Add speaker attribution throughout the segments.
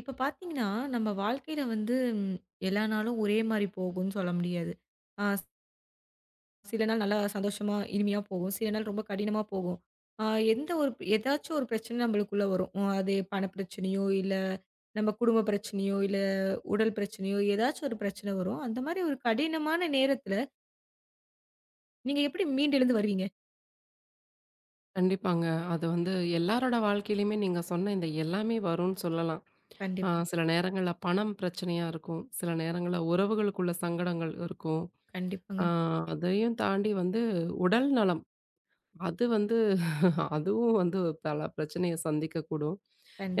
Speaker 1: இப்ப பார்த்தீங்கன்னா, நம்ம வாழ்க்கையில வந்து எல்லா நாளும் ஒரே மாரி போகும்ன்னு சொல்ல முடியாது. ஆ, சில நாள் நல்லா சந்தோஷமா, இனிமையா போகும். சில நாள் ரொம்ப கடினமா போகும். ஆ, எந்த ஒரு ஏதாச்சும் ஒரு பிரச்சனை நம்மளுக்குள்ள வரும். அது பண பிரச்சனையோ, இல்ல நம்ம குடும்ப பிரச்சனையோ, இல்ல உடல் பிரச்சனையோ, ஏதாச்சும் ஒரு பிரச்சனை வரும். அந்த மாரி ஒரு கடினமான நேரத்துல நீங்க எப்படி மீண்டெழுந்து வருவீங்க?
Speaker 2: கண்டிப்பாங்க. அது வந்து எல்லாரோட வாழ்க்கையிலயுமே நீங்க சொன்ன இந்த எல்லாமே வரும்ன்னு சொல்லலாம்.
Speaker 1: கண்டிப்பா,
Speaker 2: சில நேரங்கள்ல பணம் பிரச்சனையா இருக்கும். சில நேரங்கள்ல உறவுகளுக்குள்ள சங்கடங்கள் இருக்கும். ஆ
Speaker 1: கண்டிப்பாங்க.
Speaker 2: அதையும் தாண்டி வந்து உடல்நலம் அது வந்து அதுவும் வந்து பல பிரச்சனைய சந்திக்கக்கூடும்.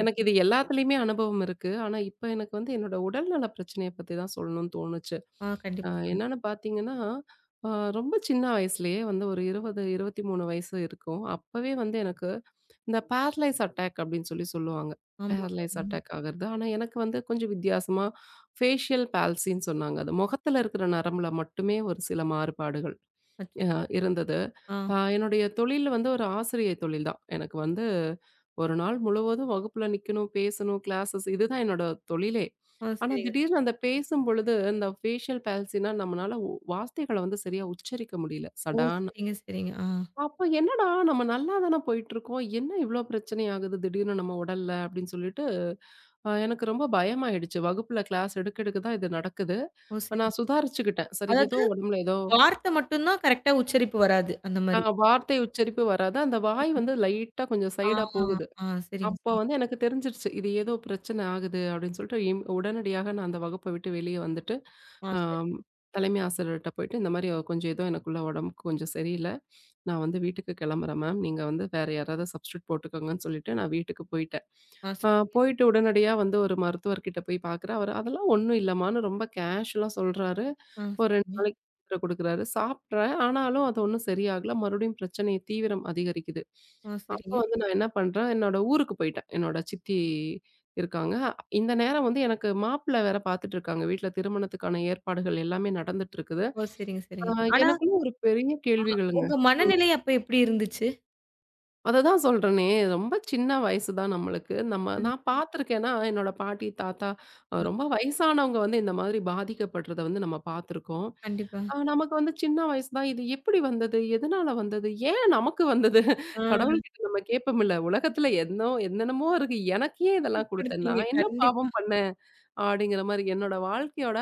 Speaker 2: எனக்கு இது எல்லாத்துலயுமே அனுபவம் இருக்கு. ஆனா, இப்ப எனக்கு வந்து என்னோட உடல்நல பிரச்சனைய பத்தி தான் சொல்லணும்னு தோணுச்சு.
Speaker 1: ஆ, கண்டிப்பா சொல்லுங்க.
Speaker 2: என்னன்னு பார்த்தீங்கன்னா, அ ரொம்ப சின்ன வயசுலயே வந்து ஒரு 20, 23 வயசு இருக்கும். அப்பவே வந்து எனக்கு இந்த பேரலைஸ் அட்டாக் அப்படின்னு சொல்லுவாங்க.
Speaker 1: ஆமாங்க,
Speaker 2: பேரலைஸ்
Speaker 1: ஆமாங்க.
Speaker 2: அட்டாக் ஆகுறது. ஆனா, எனக்கு வந்து கொஞ்சம் வித்தியாசமா ஃபேஷியல் பால்சின்னு சொன்னாங்க. அது முகத்துல இருக்கிற நரம்புல மட்டுமே ஒரு சில மாறுபாடுகள்
Speaker 1: அச்சச்சோ!
Speaker 2: இருந்தது.
Speaker 1: ஆ,
Speaker 2: என்னுடைய தொழில் வந்து ஒரு ஆசிரியை தொழில் தான். எனக்கு வந்து ஒரு நாள் முழுவதும் வகுப்புல நிக்கணும், பேசணும், கிளாஸஸ் இதுதான் என்னோட தொழிலே.
Speaker 1: ஆ,
Speaker 2: ஆனா
Speaker 1: சரிங்க.
Speaker 2: திடீர்னு அந்த பேசும் பொழுது இந்த ஃபேஷியல் பால்சினா நம்மனால ஒ வார்த்தைகள வந்து சரியா உச்சரிக்க முடியல.
Speaker 1: ஓ!
Speaker 2: சடான்னு.
Speaker 1: சரிங்க, சரிங்க. ஆ,
Speaker 2: அப்ப என்னடா நம்ம நல்லா தான போயிட்டுருக்கோம். என்ன இவ்ளோ பிரச்சனை ஆகுது திடீர்னு நம்ம உடல்ல அப்படின்னு சொல்லிட்டு, எனக்கு ரொம்ப பயமாயிடுச்சு. வகுப்புல கிளாஸ் எடுக்க எடுக்க தான் இது நடக்குது.
Speaker 1: ஓ! சரிங்க.
Speaker 2: நான் சுதாரிச்சுக்கிட்டேன். சரி
Speaker 1: அதாவது
Speaker 2: ஏதோ உடம்புல ஏதோ
Speaker 1: வார்த்தை மட்டும் தான் கரெக்ட்டா உச்சரிப்பு வராது. அந்த மாரி.
Speaker 2: வார்த்தை உச்சரிப்பு வராது. அந்த வாய் வந்து லைட்டா கொஞ்சம்
Speaker 1: ஆ,
Speaker 2: சைடா போகுது.
Speaker 1: ஆ, சரிங்க,
Speaker 2: அப்போ
Speaker 1: சரிங்க.
Speaker 2: வந்து எனக்கு தெரிஞ்சிருச்சு. இது ஏதோ பிரச்சனை ஆகுது அப்படின்னு சொல்லிட்டு, உடனடியாக நான் அந்த வகுப்ப விட்டு வெளியே வந்துட்டு,
Speaker 1: ஆ,
Speaker 2: ஆம்
Speaker 1: சரிங்க,
Speaker 2: தலைமை ஆசிரியர்ட்ட போயிட்டு, இந்த மாரி கொஞ்சம் ஏதோ எனக்குள்ள உடம்புக்கு கொஞ்சம் சரியில்ல. நான் வந்து வீட்டுக்கு கிளம்புறேன் மேம். நீங்க வந்து வேற யாராவது சப்ஸ்டிடியூட் போட்டுக்கோங்கன்னு சொல்லிட்டு, நான் வீட்டுக்கு போயிட்டேன்.
Speaker 1: ஆ,
Speaker 2: அ
Speaker 1: சரி,
Speaker 2: போயிட்டு உடனடியா வந்து ஒரு மருத்துவர்கிட்ட போய் பார்க்குறேன். அவரு அதெல்லாம் ஒண்ணும் இல்லம்மான்னு ரொம்ப கேஷுவலா சொல்றாரு.
Speaker 1: ஆ,
Speaker 2: ஒரு 2
Speaker 1: சரிங்க,
Speaker 2: நாளைக்கு மாத்திரை குடுக்குறாரு. சாப்பிட்றேன். ஆனாலும் அது ஒண்ணும் சரியாகல. மறுபடியும் பிரச்சனை தீவிரம் அதிகரிக்குது.
Speaker 1: ஆ,
Speaker 2: அப்ப
Speaker 1: சரிங்க.
Speaker 2: வந்து நான் என்ன பண்றேன், என்னோட ஊருக்கு போயிட்டேன். என்னோட சித்தி இருக்காங்க. இந்த நேரம் வந்து எனக்கு மாப்பிள்ளை வேற பாத்துட்டு இருக்காங்க. வீட்ல திருமணத்துக்கான ஏற்பாடுகள் எல்லாமே நடந்துட்டு இருக்குது.
Speaker 1: ஓ, சரிங்க,
Speaker 2: அ
Speaker 1: சரிங்க. ஆனா
Speaker 2: எனக்குள்ள ஒரு பெரிய
Speaker 1: அ
Speaker 2: கேள்விகள்ங்க.
Speaker 1: உங்க
Speaker 2: ம்.
Speaker 1: மனநிலை அப்ப எப்படி இருந்துச்சு?
Speaker 2: அததான் சொல்றேனே, ரொம்ப சின்ன வயசு தான் நம்மளுக்கு.
Speaker 1: ம்,
Speaker 2: நான் பார்த்துருக்கேன்னா, என்னோட பாட்டி, தாத்தா
Speaker 1: ம்.
Speaker 2: ரொம்ப வயசானவங்க வந்து இந்த மாதிரி பாதிக்கப்படுறத வந்து நம்ம பார்த்துருக்கோம்.
Speaker 1: கண்டிப்பா.
Speaker 2: நமக்கு வந்து சின்ன வயசு தான். இது எப்படி வந்தது? எதனால வந்தது? ஏன் நமக்கு வந்தது?
Speaker 1: ஆ,
Speaker 2: கடவுள்கிட்ட நம்ம கேட்போம்ல, உலகத்துல என்னோ என்னென்னமோ இருக்கு. எனக்கு ஏன்
Speaker 1: லீவ்
Speaker 2: இதெல்லாம் குடுத்த?
Speaker 1: குடுத்தீங்க.
Speaker 2: நான் என்ன
Speaker 1: கண்டிப்பா,
Speaker 2: பாவம் பண்ணேன்? அப்படிங்கிற மாரி என்னோட வாழ்க்கையோட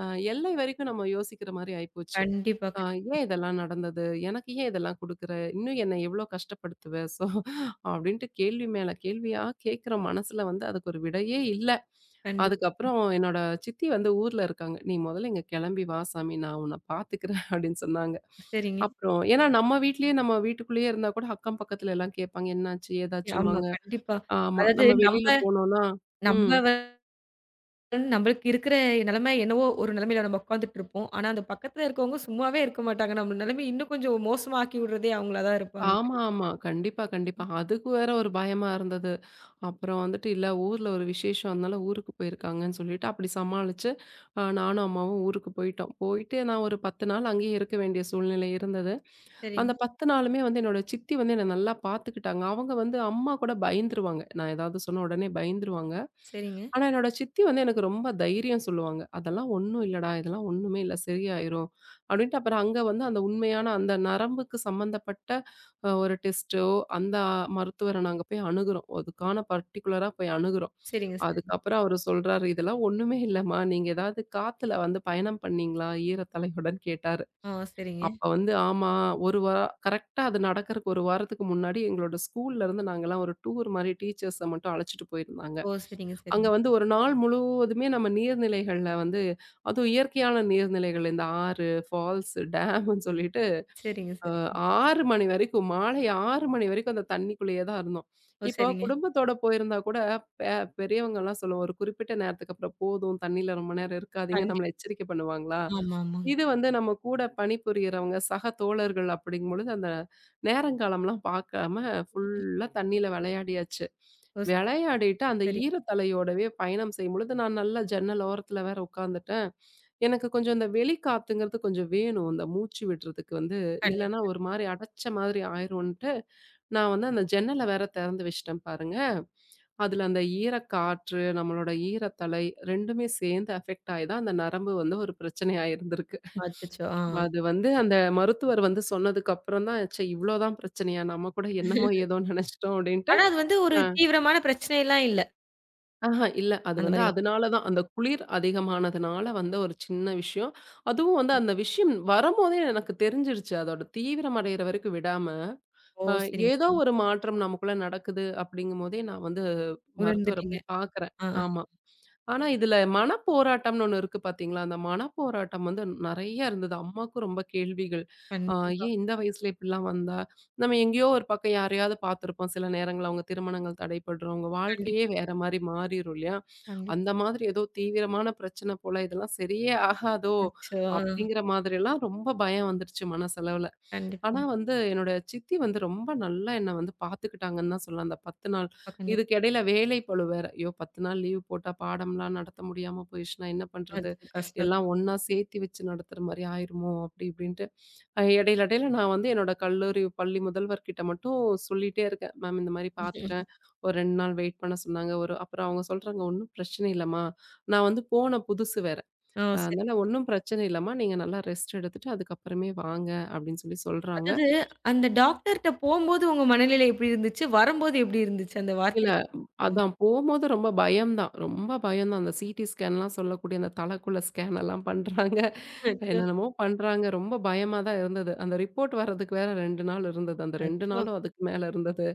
Speaker 2: அ எல்லை வரைக்கும் நம்ம யோசிக்கிற மாரி ஆயிப்போச்சு.
Speaker 1: கண்டிப்பா,
Speaker 2: ஆ
Speaker 1: கண்டிப்பா,
Speaker 2: ஏன் இதெல்லாம் நடந்தது? எனக்கு ஏன் இதெல்லாம் குடுக்குற? இன்னும் என்ன எவ்ளோ கஷ்டப்படுத்துவ? ஸோ அப்படின்ட்டு கேள்வி மேல கேள்வியா கேட்குற மனசுல வந்து அதுக்கு ஒரு விடையே இல்ல.
Speaker 1: கண்டிப்பா.
Speaker 2: அதுக்கப்புறம் என்னோட சித்தி வந்து ஊர்ல இருக்காங்க. "நீ மொதல்ல இங்க கெளம்பி வா சாமி, நான் உன்ன பாத்துக்கிறேன்" அப்படின்னு சொன்னாங்க.
Speaker 1: சரிங்க.
Speaker 2: அப்புறம் ஏன்னா நம்ம வீட்டுக்குள்ளேயே இருந்தா கூட அக்கம் பக்கத்துல எல்லாம் கேட்பாங்க, "என்னாச்சு?
Speaker 1: ஆமா,
Speaker 2: ஏதாச்சும்மாங்க".
Speaker 1: கண்டிப்பா.
Speaker 2: ஆமா.
Speaker 1: அதாவது
Speaker 2: நம்ம
Speaker 1: நம்ப
Speaker 2: வெளியில போனோம்னா
Speaker 1: நம்ப
Speaker 2: ம்.
Speaker 1: வந்து நம்மளுக்கு இருக்கிற நிலைமை என்னவோ ஒரு நிலைமையில நம்ம உட்காந்துட்டு இருப்போம். ஆனா, அந்த பக்கத்துல இருக்கவங்க சும்மாவே இருக்க மாட்டாங்க. நம்ம நிலைமைய இன்னும் கொஞ்சம் மோசமாக்கி விடுறதே அவங்களா தான் இருப்பாங்க.
Speaker 2: ஆமா, ஆமா. கண்டிப்பா, கண்டிப்பா. அதுக்கு வேற ஒரு பயமா இருந்தது. அப்புறம் வந்துட்டு இல்ல ஊர்ல ஒரு விசேஷம், அதனால ஊருக்கு போயிருக்காங்கன்னு சொல்லிட்டு, அப்படி சமாளிச்சு நானும் அம்மாவும் ஊருக்கு போயிட்டோம். போயிட்டு நான் ஒரு 10 நாள் அங்கேயே இருக்க வேண்டிய சூழ்நிலை இருந்தது.
Speaker 1: சரி.
Speaker 2: அந்த 10 நாளுமே வந்து என்னோட சித்தி வந்து என்ன நல்லா பார்த்துக்கிட்டாங்க. அவங்க வந்து அம்மா கூட பயந்துருவாங்க. நான் ஏதாவது சொன்ன உடனே பயந்துருவாங்க.
Speaker 1: சரிங்க,
Speaker 2: ஆனா, என்னோட சித்தி வந்து எனக்கு ரொம்ப தைரியம் சொல்லுவாங்க. "அதெல்லாம் ஒண்ணும் இல்லடா. இதெல்லாம் ஒண்ணுமே இல்ல. சரியாயிரும்." அப்படின்ட்டு அப்புறம் அங்க வந்து அந்த உண்மையான அந்த நரம்புக்கு சம்மந்தப்பட்ட ஒரு டெஸ்ட்டோ, அந்த மருத்துவர நாங்க போய் அணுகுறோம். அதுக்கான பர்ட்டிகுலரா போய் அணுகுறோம்.
Speaker 1: சரிங்க, சரிங்க.
Speaker 2: அதுக்கப்புறம் அவரு சொல்றாரு, "இதெல்லாம் ஒண்ணுமே இல்லம்மா. நீங்க ஏதாவது காத்துல வந்து பயணம் பண்ணீங்களா? ஈரத்தலையுடன்" கேட்டாரு.
Speaker 1: ஆ, சரிங்க.
Speaker 2: அப்ப வந்து ஆமா. ஒரு வார கரெக்ட்டா அது நடக்கறக்கு 1 வாரத்துக்கு முன்னாடி எங்களோட ஸ்கூல்ல இருந்து நாங்கலாம் ஒரு டூர் மாரி டீச்சர்ஸ மட்டும் அழைச்சிட்டு போயிருந்தாங்க.
Speaker 1: ஓ! சரிங்க,
Speaker 2: அங்க
Speaker 1: சரிங்க.
Speaker 2: வந்து ஒரு நாள் முழுவதுமே நம்ம நீர்நிலைகள்ல வந்து அதுவும் இயற்கையான நீர்நிலைகள் இந்த ஆறு, ஃபால்ஸ், டேம்ன்னு சொல்லிட்டு
Speaker 1: சரிங்க,
Speaker 2: அ
Speaker 1: சரிங்க.
Speaker 2: 6 மணி வரைக்கும் மாலை 6 மணி வரைக்கும் அந்த தண்ணிக்குள்ளேயே தான் இருந்தோம்.
Speaker 1: ஓ!
Speaker 2: இப்போ
Speaker 1: சரிங்க.
Speaker 2: குடும்பத்தோட போயிருந்தா கூட பெ பெரியவங்கலாம் சொல்லுவோம். ஒரு குறிப்பிட்ட நேரத்துக்கு அப்புறம் போதும் தண்ணியில ரொம்ப நேரம் இருக்காதீங்க.
Speaker 1: கண்டிப்
Speaker 2: நம்மள எச்சரிக்கை பண்ணுவாங்களா?
Speaker 1: ஆமா, ஆமாங்க.
Speaker 2: இது வந்து நம்ம கூட பணிபுரியறவங்க, சக தோழர்கள் அப்படிங்கும்பொழுது, அந்த நேரங்காலம்லாம் பார்க்காம ஃபுல்லா தண்ணீல விளையாடியாச்சு.
Speaker 1: ஓ!
Speaker 2: விளையாடிட்டு அந்த
Speaker 1: சரிங்க.
Speaker 2: ஈரத்தலையோடவே பயணம் செய்யும்பொழுது, நான் நல்லா ஜன்னல் ஓரத்துல வேற உட்காந்துட்டேன். எனக்கு கொஞ்சம் இந்த வெளிக்காத்துங்கிறது கொஞ்சம் வேணும். இந்த மூச்சு விடுறதுக்கு வந்து,
Speaker 1: கண்டிப்பா.
Speaker 2: இல்லன்னா ஒரு மாரி அடைச்ச மாதிரி ஆயிரும்ன்ட்டு, நான் வந்து அந்த ஜன்னல வேற திறந்து வச்சுட்டேன் பாருங்க. அதுல அந்த ஈரக்காற்று, நம்மளோட ஈரத்தலை 2மே சேர்ந்து அஃபெக்ட் ஆயி தான் அந்த நரம்பு வந்து ஒரு பிரச்சனையா இருந்திருக்கு.
Speaker 1: அச்சச்சோ! ஆ.
Speaker 2: அது வந்து அந்த மருத்துவர் வந்து சொன்னதுக்கு அப்புறம் தான், ச்சே இவ்ளோதான் பிரச்சனையா? நம்ம கூட என்னமோ ஏதோ நெனச்சுட்டோம் அப்டின்ட்டு
Speaker 1: ஆனா அது வந்து ஒரு
Speaker 2: அ
Speaker 1: தீவிரமான பிரச்சனைலாம் இல்ல.
Speaker 2: ஆஹா இல்ல. அது
Speaker 1: அந்த
Speaker 2: வந்து
Speaker 1: மாரி தான்.
Speaker 2: அதனால தான். அந்த குளிர் அதிகமானதுனால வந்த ஒரு சின்ன விஷயம். அதுவும் வந்து அந்த விஷயம் வரும்போதே எனக்கு தெரிஞ்சிருச்சு. அதோட தீவிரம் அடையிற வரைக்கும் விடாம,
Speaker 1: ஓ!
Speaker 2: அ
Speaker 1: சரிங்க,
Speaker 2: ஏதோ
Speaker 1: சரிங்க.
Speaker 2: ஒரு மாற்றம் நமக்குள்ள நடக்குது அப்டிங்கும்போதே நான் வந்து மருத்துவர
Speaker 1: உணர்ந்துட்டீங்க.
Speaker 2: போய் பாக்குறேன்.
Speaker 1: ஆ, ஆ.
Speaker 2: ஆமா. ஆனா, இதுல மனப்போராட்டம்னு ஒண்ணு இருக்கு பார்த்தீங்களா? அந்த மனப்போராட்டம் வந்து நெறைய இருந்தது. அம்மாக்கும் ரொம்ப கேள்விகள். ஆ
Speaker 1: கண்டிப்பா.
Speaker 2: ஏன் இந்த வயசுல இப்படிலாம் வந்தா? நம்ம எங்கேயோ ஒரு பக்கம் யாரையாவது பார்த்துருப்போம். சில நேரங்கள்ல அவங்க திருமணங்கள் தடைப்படுறவங்க
Speaker 1: கண்டிப்
Speaker 2: வாழ்க்கையே வேற மாரி மாறிரும் இல்லையா?
Speaker 1: கண்டிப்
Speaker 2: அந்த மாதிரி ஏதோ தீவிரமான பிரச்சனை போல, இதெல்லாம் சரியே ஆகாதோ!
Speaker 1: அச்சோ! ஆ.
Speaker 2: அப்டிங்கிற மாதிரிலாம் ரொம்ப பயம் வந்துருச்சு மனசளவுல.
Speaker 1: கண்டிப்பா,
Speaker 2: ஆனா வந்து என்னோட சித்தி வந்து ரொம்ப நல்லா என்ன வந்து பார்த்துக்கிட்டாங்கன்னு தான் சொல்லலாம். அந்த 10 நாள்.
Speaker 1: கண்டிப்பா, கண்டிப்பா.
Speaker 2: இதுக்கு இடையில வேலை பளு வேற. ஐயோ! 10 நாள் லீவ் போட்டா பாடம்லாம் நடத்த முடியாம போயிடுச்சுன்னா என்ன பண்றது?
Speaker 1: அச்சோ! கஷ்டம்.
Speaker 2: எல்லாம் ஒண்ணா சேர்த்தி வச்சு நடத்துற மாரி ஆயிருமோ! அப்டி இப்டின்ட்டு இடையில இடையில நான் வந்து என்னோட கல்லூரி பள்ளி முதல்வர்கிட்ட மட்டும் சொல்லிட்டே இருக்கேன். மேம் இந்த மாரி பார்த்துட்டேன். ஒரு 2 நாள் வெயிட் பண்ண சொன்னாங்க. ஒரு அப்புறம் அவங்க சொல்றாங்க, "ஒண்ணும் பிரச்சனை இல்லம்மா. நான் வந்து போன புதுசு வேற.
Speaker 1: ஓ! சரிங்க.
Speaker 2: அதனால ஒண்ணும் பிரச்சனை இல்லம்மா. நீங்க நல்லா ரெஸ்ட் எடுத்துட்டு அதுக்கப்புறமே வாங்க" அப்படின்னு சொல்றாங்க.
Speaker 1: அதாவது அந்த டாக்டர்ட்ட போம்போது உங்க மனநிலை எப்படி இருந்துச்சு? வரும்போது எப்படி இருந்துச்சு? அந்த வார்த்தை.
Speaker 2: இல்ல
Speaker 1: ம்.
Speaker 2: அதான் போம்போது ரொம்ப பயம் தான். ரொம்ப பயம் தான். அந்த சிடி ஸ்கேன்லாம் சொல்லக்கூடிய அந்த தலைக்குள்ள ஸ்கேன் எல்லாம் பண்றாங்க.
Speaker 1: அச்சோ!
Speaker 2: என்னென்னமோ பண்றாங்க. ரொம்ப பயமா தான் இருந்தது. அந்த ரிப்போர்ட் வர்றதுக்கு வேற 2 நாள் இருந்தது. அந்த 2
Speaker 1: அச்சோ!
Speaker 2: நாளும் அதுக்கு மேல இருந்தது.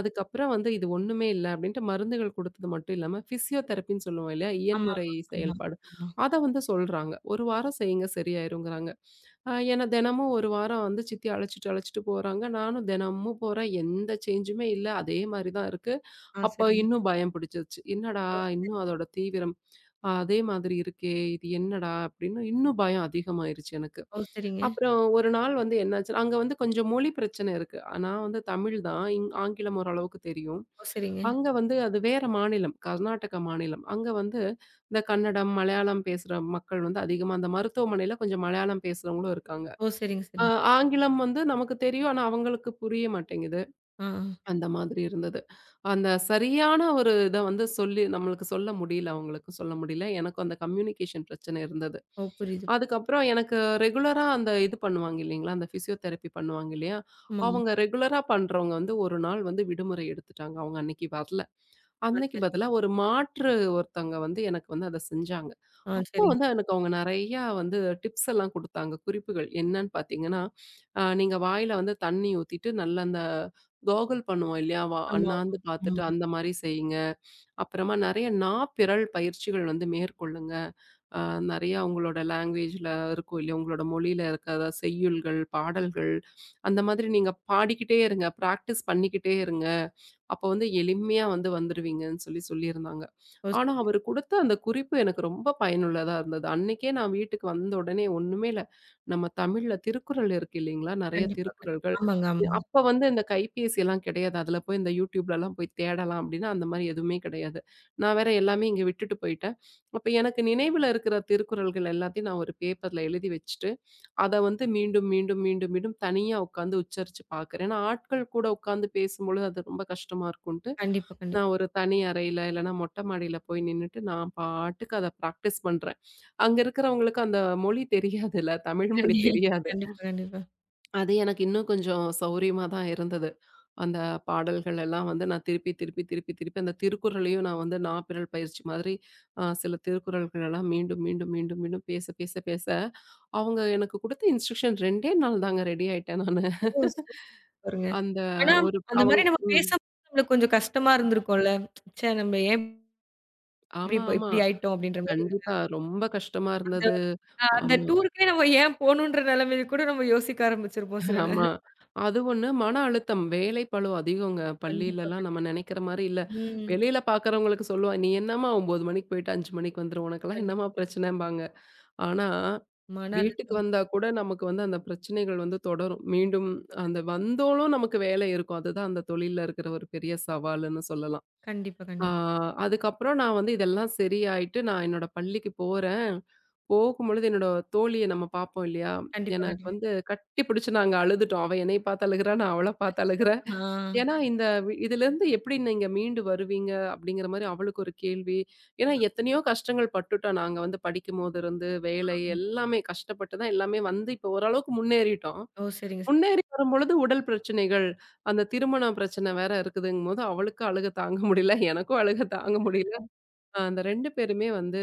Speaker 2: அதுக்கப்புறம் வந்து இது ஒண்ணுமே இல்ல அப்படின்ட்டு மருந்துகள் குடுத்தது மட்டும் இல்லாம, பிசியோதெரபின்னு சொல்லுவோம் இல்லையா?
Speaker 1: ஆமாமா.
Speaker 2: இயன்முறை
Speaker 1: ஆமா, ஆமா.
Speaker 2: செயல்பாடு.
Speaker 1: ஆமா.
Speaker 2: அத வந்து சொல்றாங்க. 1 வாரம் செய்யுங்க சரியாயிருங்கிறாங்க. ஏன்னா தினமும் 1 வாரம் வந்து சித்தி அழைச்சுட்டு, அழைச்சுட்டு போறாங்க. நானும் தினமும் போறேன். எந்த சேஞ்சுமே இல்ல. அதே மாரி தான் இருக்கு.
Speaker 1: ஆ,
Speaker 2: அப்ப
Speaker 1: சரிங்க.
Speaker 2: இன்னும் பயம் பிடிச்சிருச்சு. என்னடா!
Speaker 1: ஓ, சரி.
Speaker 2: இன்னும் அதோட தீவிரம், அதே மாதிரி இருக்கே! இது என்னடா! அப்படின்னு இன்னும் பயம் அதிகமாயிருச்சு எனக்கு.
Speaker 1: ஓ, சரிங்க.
Speaker 2: அப்புறம் ஒரு நாள் வந்து என்னாச்சு, அங்க வந்து கொஞ்சம் மொழி பிரச்சனை இருக்கு. ஆ, நான் வந்து தமிழ் தான். ஆங்கிலம் ஓரளவுக்கு தெரியும்.
Speaker 1: ஓ, சரிங்க.
Speaker 2: அங்க வந்து அது வேற மாநிலம். கர்நாடக மாநிலம். அங்க வந்து இந்த கன்னடம், மலையாளம் பேசுற மக்கள் வந்து அதிகமா அந்த மருத்துவமனையில கொஞ்சம் மலையாளம் பேசுறவங்களும் இருக்காங்க.
Speaker 1: ஓ, சரிங்க,
Speaker 2: அ
Speaker 1: சரிங்க.
Speaker 2: ஆங்கிலம் வந்து நமக்கு தெரியும். ஆனா அவங்களுக்கு புரிய மாட்டேங்குது.
Speaker 1: ஆ, ஆ.
Speaker 2: அந்த மாதிரி இருந்தது. அந்த சரியான ஒரு இத வந்து சொல்லி நம்மளுக்கு சொல்ல முடியல, அவங்களுக்கும் சொல்ல முடியல. எனக்கும் அந்த கம்யூனிகேஷன் பிரச்சனை இருந்தது.
Speaker 1: ஓ, புரியுது.
Speaker 2: அதுக்கப்புறம் எனக்கு ரெகுலரா அந்த இது பண்ணுவாங்க இல்லைங்களா, அந்த ஃபிசியோதெரபி பண்ணுவாங்க இல்லையா,
Speaker 1: ஆமாங்க.
Speaker 2: அவங்க ரெகுலரா பண்றவங்க வந்து ஒரு நாள் வந்து விடுமுறை எடுத்துட்டாங்க. அவங்க அன்னைக்கு வரல.
Speaker 1: ஆ,
Speaker 2: அன்னைக்கு
Speaker 1: சரி.
Speaker 2: பதிலா ஒரு மாற்று ஒருத்தவங்க வந்து எனக்கு வந்து அத செஞ்சாங்க.
Speaker 1: ஆ,
Speaker 2: அப்போ
Speaker 1: சரிங்க.
Speaker 2: வந்து எனக்கு அவங்க நெறையா வந்து டிப்ஸ் எல்லாம் குடுத்தாங்க. குறிப்புகள் என்னன்னு பார்த்தீங்கன்னா, நீங்க வாயில வந்து தண்ணி ஊத்திட்டு நல்லா அந்த கோகுல் பண்ணுவோம் இல்லையா? வா
Speaker 1: ஆமா, ஆமா.
Speaker 2: அண்ணாந்து பார்த்துட்டு
Speaker 1: ஆமா.
Speaker 2: அந்த மாரி செய்யுங்க. அப்புறமா நெறைய நாப்பிரல் பயிற்சிகள் வந்து மேற்கொள்ளுங்க. அ நெறையா உங்களோட லாங்குவேஜ்ல இருக்கும் இல்லையா? உங்களோட மொழியில இருக்கிற செய்யுள்கள், பாடல்கள் அந்த மாதிரி நீங்க பாடிக்கிட்டே இருங்க. பிராக்டிஸ் பண்ணிக்கிட்டே இருங்க. அப்போ வந்து எளிமையா வந்து வந்துருவீங்கன்னு சொல்லியிருந்தாங்க.
Speaker 1: ஓ,
Speaker 2: ஆனா
Speaker 1: சரிங்க.
Speaker 2: அவரு குடுத்த அந்த குறிப்பு எனக்கு ரொம்ப பயனுள்ளதா இருந்தது. அன்னைக்கே நான் வீட்டுக்கு வந்த உடனே ஒண்ணுமே இல்ல. நம்ம தமிழ்ல திருக்குறள் இருக்கு இல்லைங்களா? நெறைய
Speaker 1: கண்டிப்பா, கண்
Speaker 2: திருக்குறள்கள்.
Speaker 1: ஆமாங்க, ஆமாங்க.
Speaker 2: அப்ப வந்து இந்த கைபேசியெல்லாம் கிடையாது. அதுல போய் இந்த YouTubeலலாம் போய் தேடலாம் அப்டின்னா, அந்த மாரி எதுவுமே கிடையாது. நான் வேற எல்லாமே இங்க விட்டுட்டு போயிட்டேன். அப்ப எனக்கு நினைவுல இருக்கிற திருக்குறள்கள் எல்லாத்தையும் நான் ஒரு பேப்பர்ல எழுதி வச்சுட்டு, அத வந்து மீண்டும், மீண்டும், மீண்டும், மீண்டும் தனியா உட்காந்து உச்சரிச்சு பார்க்கிறேன். ஏன்னா, ஆட்கள் கூட உட்காந்து பேசும்பொழுது அது ரொம்ப கஷ்டமா இருக்கும்ன்ட்டு,
Speaker 1: கண்டிப்பா, கண்டிப்பா.
Speaker 2: நான் ஒரு தனி அறையில இல்லன்னா மொட்டை மாடியில போய் நின்னுட்டு நான் பாட்டுக்கு அத பிராக்டிஸ் பண்றேன். அங்க இருக்கிறவங்களுக்கு அந்த மொழி தெரியாதுல்ல, தமிழ் மொழி
Speaker 1: கண்டி
Speaker 2: தெரியாது.
Speaker 1: கண்டிப்பா, கண்டிப்பா.
Speaker 2: அது எனக்கு இன்னும் கொஞ்சம் சௌரியமா தான் இருந்தது. அந்த பாடல்கள் எல்லாம் வந்து நான் திருப்பி, திருப்பி, திருப்பி, திருப்பி அந்த திருக்குறளையும் நான் வந்து நாப்பிரல் பயிற்சி மாதிரி சில திருக்குறள்கள் எல்லாம் மீண்டும், மீண்டும், மீண்டும், மீண்டும் பேச, பேச, பேச அவங்க எனக்கு குடுத்த இன்ஸ்ட்ரக்ஷன் 2டே நாள் தாங்க ரெடி ஆயிட்டேன் நானு.
Speaker 1: ஓ, சூப்பருங்க.
Speaker 2: அந்த
Speaker 1: ஆனா
Speaker 2: ஒரு
Speaker 1: அந்த
Speaker 2: அவங்க
Speaker 1: மாரி நம்ம
Speaker 2: ம்.
Speaker 1: பேசும்போது நம்மளுக்கு கொஞ்சம் கஷ்டமா இருந்திருக்கும்ல. ச்சே, நம்ம ஏன்
Speaker 2: ஆமா, ஆமா.
Speaker 1: இப்படி ஆயிட்டோம் அப்படின்ற மாரி.
Speaker 2: கண்டிப்பா. ரொம்ப கஷ்டமா
Speaker 1: அந்த
Speaker 2: இருந்தது.
Speaker 1: அந்த
Speaker 2: ஆமா,
Speaker 1: டூருக்கே நம்ம ஏன் போணுன்ற நிலைமையில கூட நம்ம யோசிக்க ஆரம்பிச்சிருப்போம் சில
Speaker 2: ஆமா.
Speaker 1: நேரம்.
Speaker 2: அது ஒண்ணு. மன அழுத்தம், வேலைப்பளு அதிகங்க.
Speaker 1: கண்டிப்பா,
Speaker 2: பள்ளியிலலாம் நம்ம
Speaker 1: கண்டிப்பா.
Speaker 2: நெனைக்கிற மாரி இல்ல.
Speaker 1: ம்.
Speaker 2: வெளியில பார்க்குறவங்களுக்கு சொல்லுவா, "நீ என்னம்மா 9 மணிக்கு போயிட்டு 5 மணிக்கு வந்துரு. உனக்கெல்லாம் என்னம்மா
Speaker 1: கண்டிப்பா.
Speaker 2: பிரச்சனைம்பாங்க." ஆனா,
Speaker 1: மன
Speaker 2: வீட்டுக்கு
Speaker 1: அழுத்தம்.
Speaker 2: வந்தா கூட நமக்கு வந்து அந்த பிரச்சனைகள் வந்து தொடரும். மீண்டும் அந்த வந்தோலும் நமக்கு வேலை இருக்கும். அதுதான் அந்த தொழில்ல இருக்கிற ஒரு பெரிய சவாலுன்னு சொல்லலாம்.
Speaker 1: கண்டிப்பா,
Speaker 2: ஆ
Speaker 1: கண்டிப்பா.
Speaker 2: அதுக்கப்புறம் நான் வந்து இதெல்லாம் சரியாயிட்டு நான் என்னோட பள்ளிக்கு போறேன். போகும்பொழுது என்னோட தோழிய நம்ம பார்ப்போம் இல்லையா?
Speaker 1: கண்டிப்பா,
Speaker 2: எனக்கு
Speaker 1: கண்டிப்பா.
Speaker 2: வந்து கட்டி பிடிச்சு நாங்க அழுதுட்டோம். அவ என்னைய பார்த்து அழுகுறா, நான் அவள பார்த்து
Speaker 1: அச்சோ!
Speaker 2: அழுகுறேன்.
Speaker 1: ஆ.
Speaker 2: ஏன்னா இந்த இதுலேருந்து எப்படி நீங்க மீண்டு வருவீங்க? அப்படிங்கிற மாரி அவளுக்கு ஒரு கேள்வி. ஏன்னா எத்தனையோ கஷ்டங்கள் பட்டுட்டோம். நாங்க வந்து படிக்கும்போது இருந்து, வேலை
Speaker 1: ஆ.
Speaker 2: எல்லாமே கஷ்டப்பட்டு தான் எல்லாமே வந்து இப்போ ஓரளவுக்கு முன்னேறிட்டோம்.
Speaker 1: ஓ! சரிங்க,
Speaker 2: முன்னேறி வரும்பொழுது உடல் பிரச்சனைகள், அந்த திருமண பிரச்சனை வேற இருக்குதுங்கும்போது அவளுக்கு அழுக தாங்க முடியல. எனக்கும் அழுக தாங்க முடியல.
Speaker 1: சரிங்க.
Speaker 2: அந்த 2 பேருமே வந்து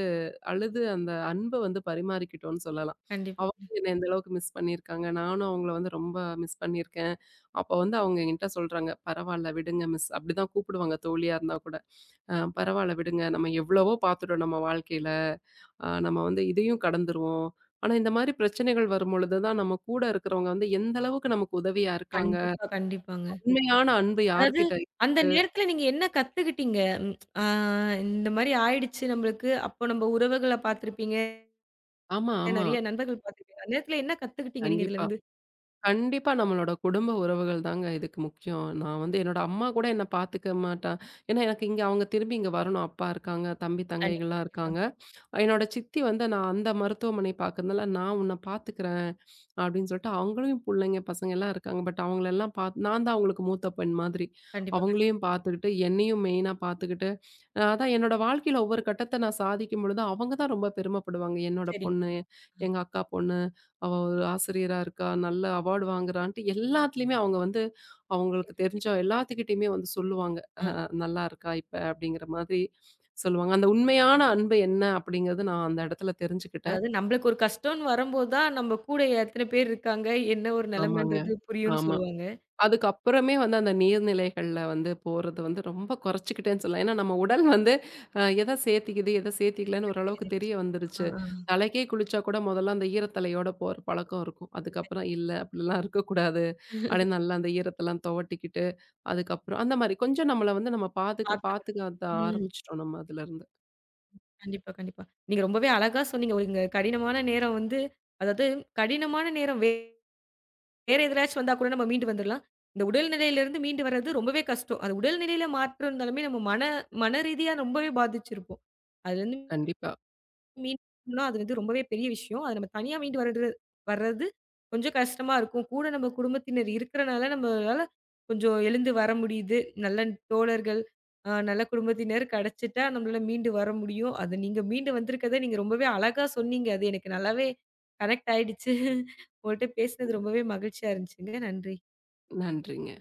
Speaker 2: அழுது அந்த அன்ப வந்து பரிமாறிக்கிட்டோம்னு சொல்லலாம்.
Speaker 1: கண்டிப்பா.
Speaker 2: அவங்களும் என்ன இந்த அளவுக்கு மிஸ் பண்ணியிருக்காங்க. நானும் அவங்கள வந்து ரொம்ப மிஸ் பண்ணியிருக்கேன். அப்போ வந்து அவங்க என்கிட்ட சொல்றாங்க, "பரவால்ல விடுங்க மிஸ்." அப்படிதான் கூப்பிடுவாங்க தோழியா இருந்தா கூட. பரவால்ல விடுங்க. நம்ம எவ்வளவோ பார்த்துட்டோம் நம்ம வாழ்க்கையில. நம்ம வந்து இதையும் கடந்துருவோம்." ஆனா இந்த மாரி பிரச்சனைகள் வரும்பொழுது தான் நம்ம கூட இருக்கிறவங்க வந்து எந்த அளவுக்கு நமக்கு உதவியா இருக்காங்க.
Speaker 1: கண்டிப்பா, கண்டிப்பாங்க.
Speaker 2: உண்மையான அன்பு
Speaker 1: அதாவது
Speaker 2: யார்கிட்ட
Speaker 1: அந்த நேரத்துல நீங்க என்ன கத்துக்கிட்டீங்க? ம். ஆ, இந்த மாரி ஆயிடுச்சு நம்மளுக்கு. அப்போ நம்ம உறவுகள பார்த்திருப்பீங்க.
Speaker 2: ஆமா, ஆமா.
Speaker 1: நெறைய நண்பர்கள் பார்த்திருப்பீங்க. அந்த நேரத்துல என்ன கத்துக்கிட்டீங்க நீங்க
Speaker 2: கண்டிப்பா.
Speaker 1: இதுலருந்து?
Speaker 2: கண்டிப்பா நம்மளோட குடும்ப உறவுகள் தாங்க இதுக்கு முக்கியம். நான் வந்து என்னோட அம்மா கூட என்ன பார்த்துக்க மாட்டா ஏன்னா எனக்கு இங்க அவங்க திரும்பி இங்க வரணும். அப்பா இருக்காங்க, தம்பி,
Speaker 1: கண்டிப்பா,
Speaker 2: தங்கைகள்லாம்
Speaker 1: கண்டிப்பா.
Speaker 2: இருக்காங்க. என்னோட சித்தி வந்து நான் அந்த மருத்துவமனை பார்க்கறதுனால நான் உன்னை பார்த்துக்கிறேன் அப்படின்னு சொல்லிட்டு அவங்களையும் பிள்ளைங்க பசங்க எல்லாம் இருக்காங்க பட் அவங்களெல்லாம் பார்த்து நான் தான் அவங்களுக்கு மூத்த பெண் மாதிரி
Speaker 1: கண்டிப்பா.
Speaker 2: அவங்களையும் பார்த்துக்கிட்டு என்னையும் மெயினாக பார்த்துக்கிட்டு அதான் என்னோட வாழ்க்கையில் ஒவ்வொரு கட்டத்தை நான் சாதிக்கும் பொழுது அவங்க தான் ரொம்ப பெருமைப்படுவாங்க என்னோட
Speaker 1: சரிங்க.
Speaker 2: பொண்ணு எங்கள் அக்கா பொண்ணு அவள் ஒரு ஆசிரியராக இருக்கா நல்ல அவார்டு வாங்குறான்ட்டு எல்லாத்துலேயுமே அவங்க வந்து அவங்களுக்கு
Speaker 1: சரிங்க.
Speaker 2: தெரிஞ்ச எல்லாத்துக்கிட்டையுமே வந்து சொல்லுவாங்க
Speaker 1: ஆ.
Speaker 2: நல்லா இருக்கா இப்ப? அப்படிங்கிற மாதிரி சொல்லுவாங்க. அந்த உண்மையான அன்பு என்ன அப்படிங்கிறது நான் அந்த இடத்துல தெரிஞ்சுக்கிட்டேன்.
Speaker 1: அதாவது நம்மளுக்கு ஒரு கஷ்டம்ன்னு வரும்போது தான் நம்ம கூட எத்தன பேர் இருக்காங்க? என்ன ஒரு
Speaker 2: ஆமாங்க.
Speaker 1: நிலைமைன்றது புரியும்ன்னு
Speaker 2: ஆமா.
Speaker 1: சொல்லுவாங்க.
Speaker 2: அதுக்கப்புறமே வந்து அந்த நீர்நிலைகள்ல வந்து போறது வந்து ரொம்ப குறைச்சுக்கிட்டேன்னு சொல்லலாம். ஏன்னா நம்ம உடல் வந்து எத சேத்திக்குது, எத சேத்திக்கலன்னு
Speaker 1: எனக்கு
Speaker 2: ஓரளவுக்கு
Speaker 1: தெரிஞ்சுச்சு.
Speaker 2: தெரிய
Speaker 1: ஆ.
Speaker 2: வந்துருச்சு. தலைக்கே குளிச்சா கூட முதல்ல அந்த ஈரத்தலையோட போற பழக்கம் இருக்கும். அதுக்கப்புறம் இல்ல அப்படிலாம் இருக்கக்கூடாது.
Speaker 1: ஆ.
Speaker 2: அப்படின்னு நல்லா அந்த ஈரத்தலாம் துவட்டிக்கிட்டு, அதுக்கப்புறம் அந்த மாரி கொஞ்சம் நம்மள வந்து நம்ம பாதுக்க
Speaker 1: பார்த்துக்கணும்.
Speaker 2: பாத்துக்க
Speaker 1: ம்.
Speaker 2: ஆரம்பிச்சுட்டோம் நம்ம அதுலருந்து.
Speaker 1: கண்டிப்பா, கண்டிப்பா. நீங்க ரொம்பவே அழகா சொன்னீங்க. "ஒருங்க கடினமான நேரம் வந்து, அதாவது கடினமான நேரம் வேற எதுலயாச்சும் வந்தா கூட நம்ம மீண்டு வந்துரலாம். இந்த உடல்நிலையிலிருந்து மீண்டு வர்றது ரொம்பவே கஷ்டம். அது உடல்நிலையில மாற்றம் இருந்தாலுமே நம்ம மன மன ரீதியா ரொம்பவே பாதிச்சிருப்போம். அதுலருந்து"
Speaker 2: கண்டிப்பா.
Speaker 1: மீட்னா அது வந்து ரொம்பவே பெரிய விஷயம். அத நம்ம தனியா மீண்டு வர்றது கொஞ்சம் கஷ்டமா இருக்கும். கூட நம்ம குடும்பத்தினர் இருக்கிறனால, நம்மளால கொஞ்சம் எழுந்து வர முடியுது. நல்ல தோழர்கள், நல்ல குடும்பத்தினர் கிடைச்சிட்டா நம்மளால மீண்டு வர முடியும். அது நீங்க மீண்டு வந்திருக்கத நீங்க ரொம்பவே அழகா சொன்னீங்க. அது எனக்கு நல்லாவே கனெக்ட் ஆயிடுச்சு. உங்கள்ட்ட பேசினது ரொம்பவே மகிழ்ச்சியா இருந்துச்சுங்க. நன்றி.
Speaker 2: நன்றிங்க.